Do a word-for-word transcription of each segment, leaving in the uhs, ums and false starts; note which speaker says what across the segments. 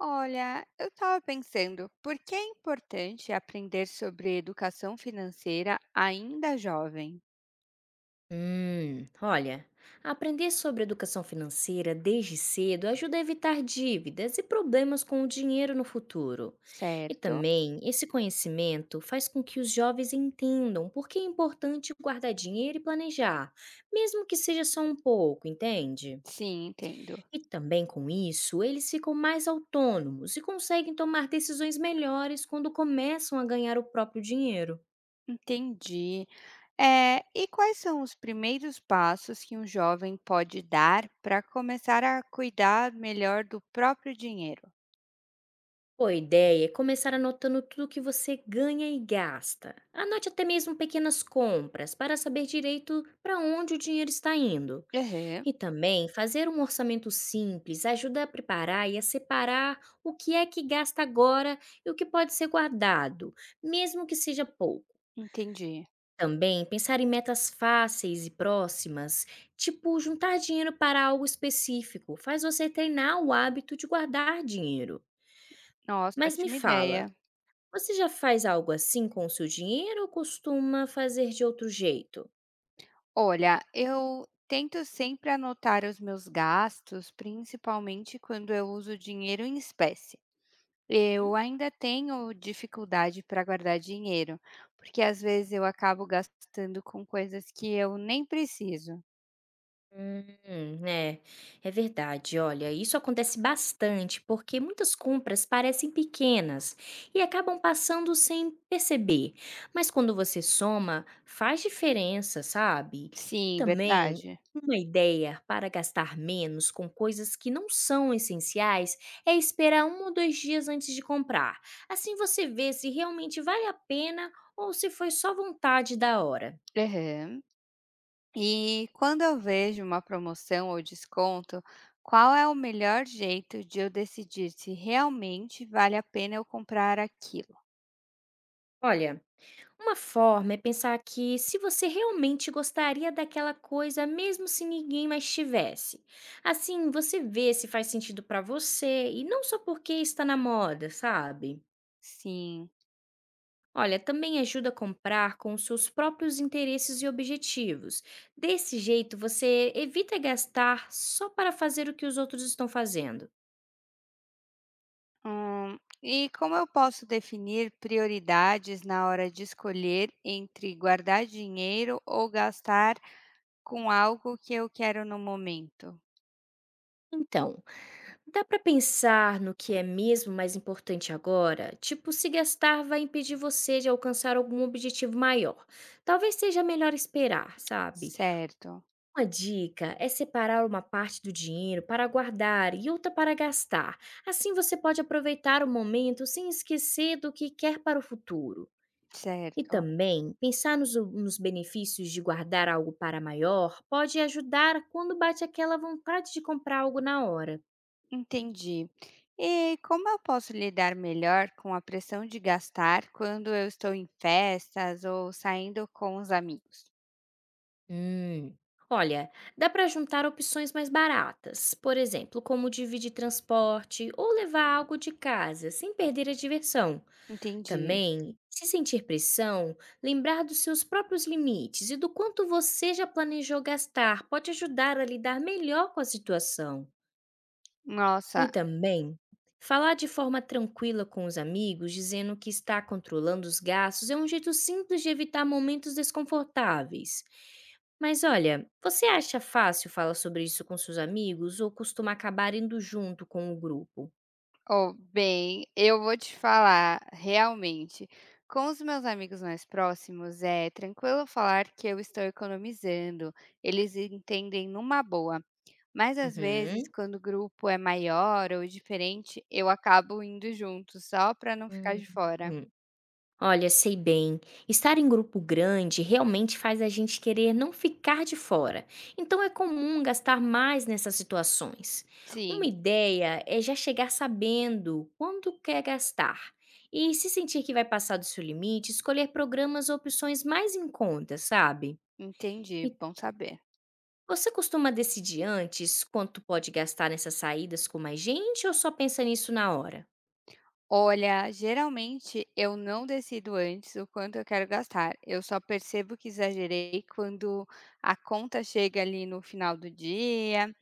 Speaker 1: Olha, eu estava pensando, por que é importante aprender sobre educação financeira ainda jovem,
Speaker 2: Hum, olha, aprender sobre educação financeira desde cedo ajuda a evitar dívidas e problemas com o dinheiro no futuro. E
Speaker 1: certo?
Speaker 2: também, esse conhecimento faz com que os jovens entendam por que é importante guardar dinheiro e planejar, mesmo que seja só um pouco, entende?
Speaker 1: Sim, entendo.
Speaker 2: E também com isso, eles ficam mais autônomos e conseguem tomar decisões melhores quando começam a ganhar o próprio dinheiro.
Speaker 1: Entendi. É, e quais são os primeiros passos que um jovem pode dar para começar a cuidar melhor do próprio dinheiro?
Speaker 2: Boa ideia é começar anotando tudo que você ganha e gasta. Anote até mesmo pequenas compras para saber direito para onde o dinheiro está indo.
Speaker 1: Uhum,
Speaker 2: E também fazer um orçamento simples ajuda a preparar e a separar o que é que gasta agora e o que pode ser guardado, mesmo que seja pouco.
Speaker 1: entendi.
Speaker 2: Também pensar em metas fáceis e próximas, tipo juntar dinheiro para algo específico, faz você treinar o hábito de guardar dinheiro.
Speaker 1: Nossa,
Speaker 2: Mas me
Speaker 1: ótima
Speaker 2: fala,
Speaker 1: ideia.
Speaker 2: você já faz algo assim com o seu dinheiro ou costuma fazer de outro jeito?
Speaker 1: Olha, eu tento sempre anotar os meus gastos, principalmente quando eu uso dinheiro em espécie. Eu ainda tenho dificuldade para guardar dinheiro, porque às vezes eu acabo gastando com coisas que eu nem preciso.
Speaker 2: Hum, é, é verdade. Olha, isso acontece bastante porque muitas compras parecem pequenas e acabam passando sem perceber. Mas quando você soma, faz diferença, sabe? E
Speaker 1: Sim,
Speaker 2: também
Speaker 1: verdade.
Speaker 2: uma ideia para gastar menos com coisas que não são essenciais é esperar um ou dois dias antes de comprar. Assim você vê se realmente vale a pena ou se foi só vontade da hora.
Speaker 1: Aham. E quando eu vejo uma promoção ou desconto, qual é o melhor jeito de eu decidir se realmente vale a pena eu comprar aquilo?
Speaker 2: Olha. Uma forma é pensar que se você realmente gostaria daquela coisa, mesmo se ninguém mais tivesse. Assim, você vê se faz sentido para você e não só porque está na moda, sabe?
Speaker 1: Sim.
Speaker 2: Olha, também ajuda a comprar com os seus próprios interesses e objetivos. Desse jeito, você evita gastar só para fazer o que os outros estão fazendo.
Speaker 1: Hum, e como eu posso definir prioridades na hora de escolher entre guardar dinheiro ou gastar com algo que eu quero no momento.
Speaker 2: Então, dá pra pensar no que é mesmo mais importante agora? Tipo, se gastar vai impedir você de alcançar algum objetivo maior. Talvez seja melhor esperar, sabe?
Speaker 1: Certo,
Speaker 2: Uma dica é separar uma parte do dinheiro para guardar e outra para gastar. Assim você pode aproveitar o momento sem esquecer do que quer para o futuro. E
Speaker 1: certo,
Speaker 2: também, pensar nos, nos benefícios de guardar algo para maior pode ajudar quando bate aquela vontade de comprar algo na hora.
Speaker 1: entendi. E como eu posso lidar melhor com a pressão de gastar quando eu estou em festas ou saindo com os amigos?
Speaker 2: Hum, Olha, dá para juntar opções mais baratas, por exemplo, como dividir transporte ou levar algo de casa, sem perder a diversão.
Speaker 1: Entendi.
Speaker 2: Também, se sentir pressão, lembrar dos seus próprios limites e do quanto você já planejou gastar pode ajudar a lidar melhor com a situação.
Speaker 1: Nossa,
Speaker 2: E também, falar de forma tranquila com os amigos, dizendo que está controlando os gastos, é um jeito simples de evitar momentos desconfortáveis. Mas olha, você acha fácil falar sobre isso com seus amigos ou costuma acabar indo junto com o grupo?
Speaker 1: oh, bem, eu vou te falar, realmente, com os meus amigos mais próximos, é tranquilo falar que eu estou economizando, eles entendem numa boa. Mas às vezes,
Speaker 2: Uhum.
Speaker 1: quando o grupo é maior ou diferente, eu acabo indo junto, só para não ficar de fora.
Speaker 2: Hum. Olha, sei bem. Estar em grupo grande realmente faz a gente querer não ficar de fora. Então é comum gastar mais nessas situações. Uma
Speaker 1: Sim,
Speaker 2: ideia é já chegar sabendo quando quer gastar e se sentir que vai passar do seu limite, escolher programas ou opções mais em conta, sabe?
Speaker 1: entendi,
Speaker 2: E
Speaker 1: bom saber.
Speaker 2: você costuma decidir antes quanto pode gastar nessas saídas com mais gente ou só pensa nisso na hora?
Speaker 1: Olha, geralmente eu não decido antes o quanto eu quero gastar. Eu só percebo que exagerei quando a conta chega ali no final do dia.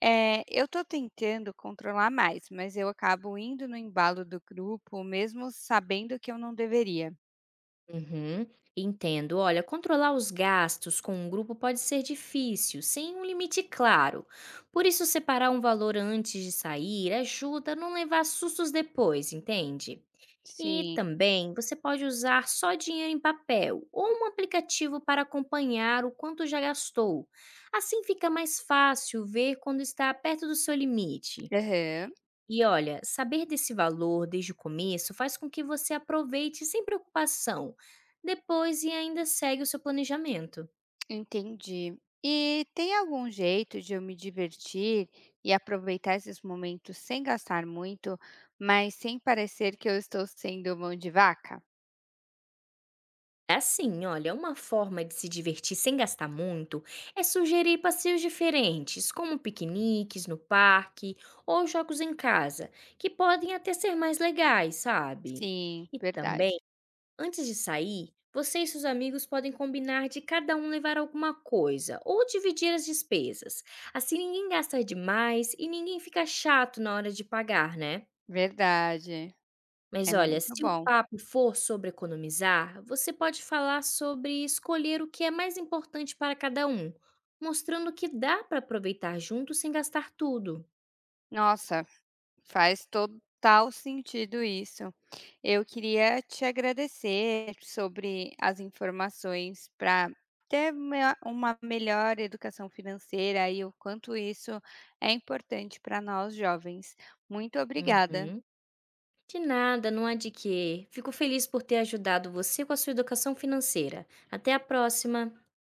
Speaker 1: Eh, eu tô tentando controlar mais, mas eu acabo indo no embalo do grupo, mesmo sabendo que eu não deveria.
Speaker 2: Uhum, entendo. Olha, controlar os gastos com um grupo pode ser difícil, sem um limite claro. Por isso, separar um valor antes de sair ajuda a não levar sustos depois, entende? E
Speaker 1: Sim.
Speaker 2: também você pode usar só dinheiro em papel ou um aplicativo para acompanhar o quanto já gastou. Assim fica mais fácil ver quando está perto do seu limite.
Speaker 1: Aham.
Speaker 2: E olha, saber desse valor desde o começo faz com que você aproveite sem preocupação, depois e ainda segue o seu planejamento.
Speaker 1: Entendi. E tem algum jeito de eu me divertir e aproveitar esses momentos sem gastar muito, mas sem parecer que eu estou sendo mão de vaca?
Speaker 2: É assim, olha, uma forma de se divertir sem gastar muito é sugerir passeios diferentes, como piqueniques no parque ou jogos em casa, que podem até ser mais legais, sabe?
Speaker 1: Sim,
Speaker 2: E também
Speaker 1: verdade.
Speaker 2: antes de sair, você e seus amigos podem combinar de cada um levar alguma coisa ou dividir as despesas. Assim ninguém gasta demais e ninguém fica chato na hora de pagar, né?
Speaker 1: Verdade.
Speaker 2: Mas
Speaker 1: É
Speaker 2: olha,
Speaker 1: muito
Speaker 2: se o
Speaker 1: bom.
Speaker 2: papo for sobre economizar, você pode falar sobre escolher o que é mais importante para cada um, mostrando que dá para aproveitar juntos sem gastar tudo.
Speaker 1: Nossa, faz total sentido isso. Eu queria te agradecer sobre as informações para ter mea- uma melhor educação financeira e o quanto isso é importante para nós jovens. Muito obrigada.
Speaker 2: Uhum. De nada, não há de quê. Fico feliz por ter ajudado você com a sua educação financeira. Até a próxima!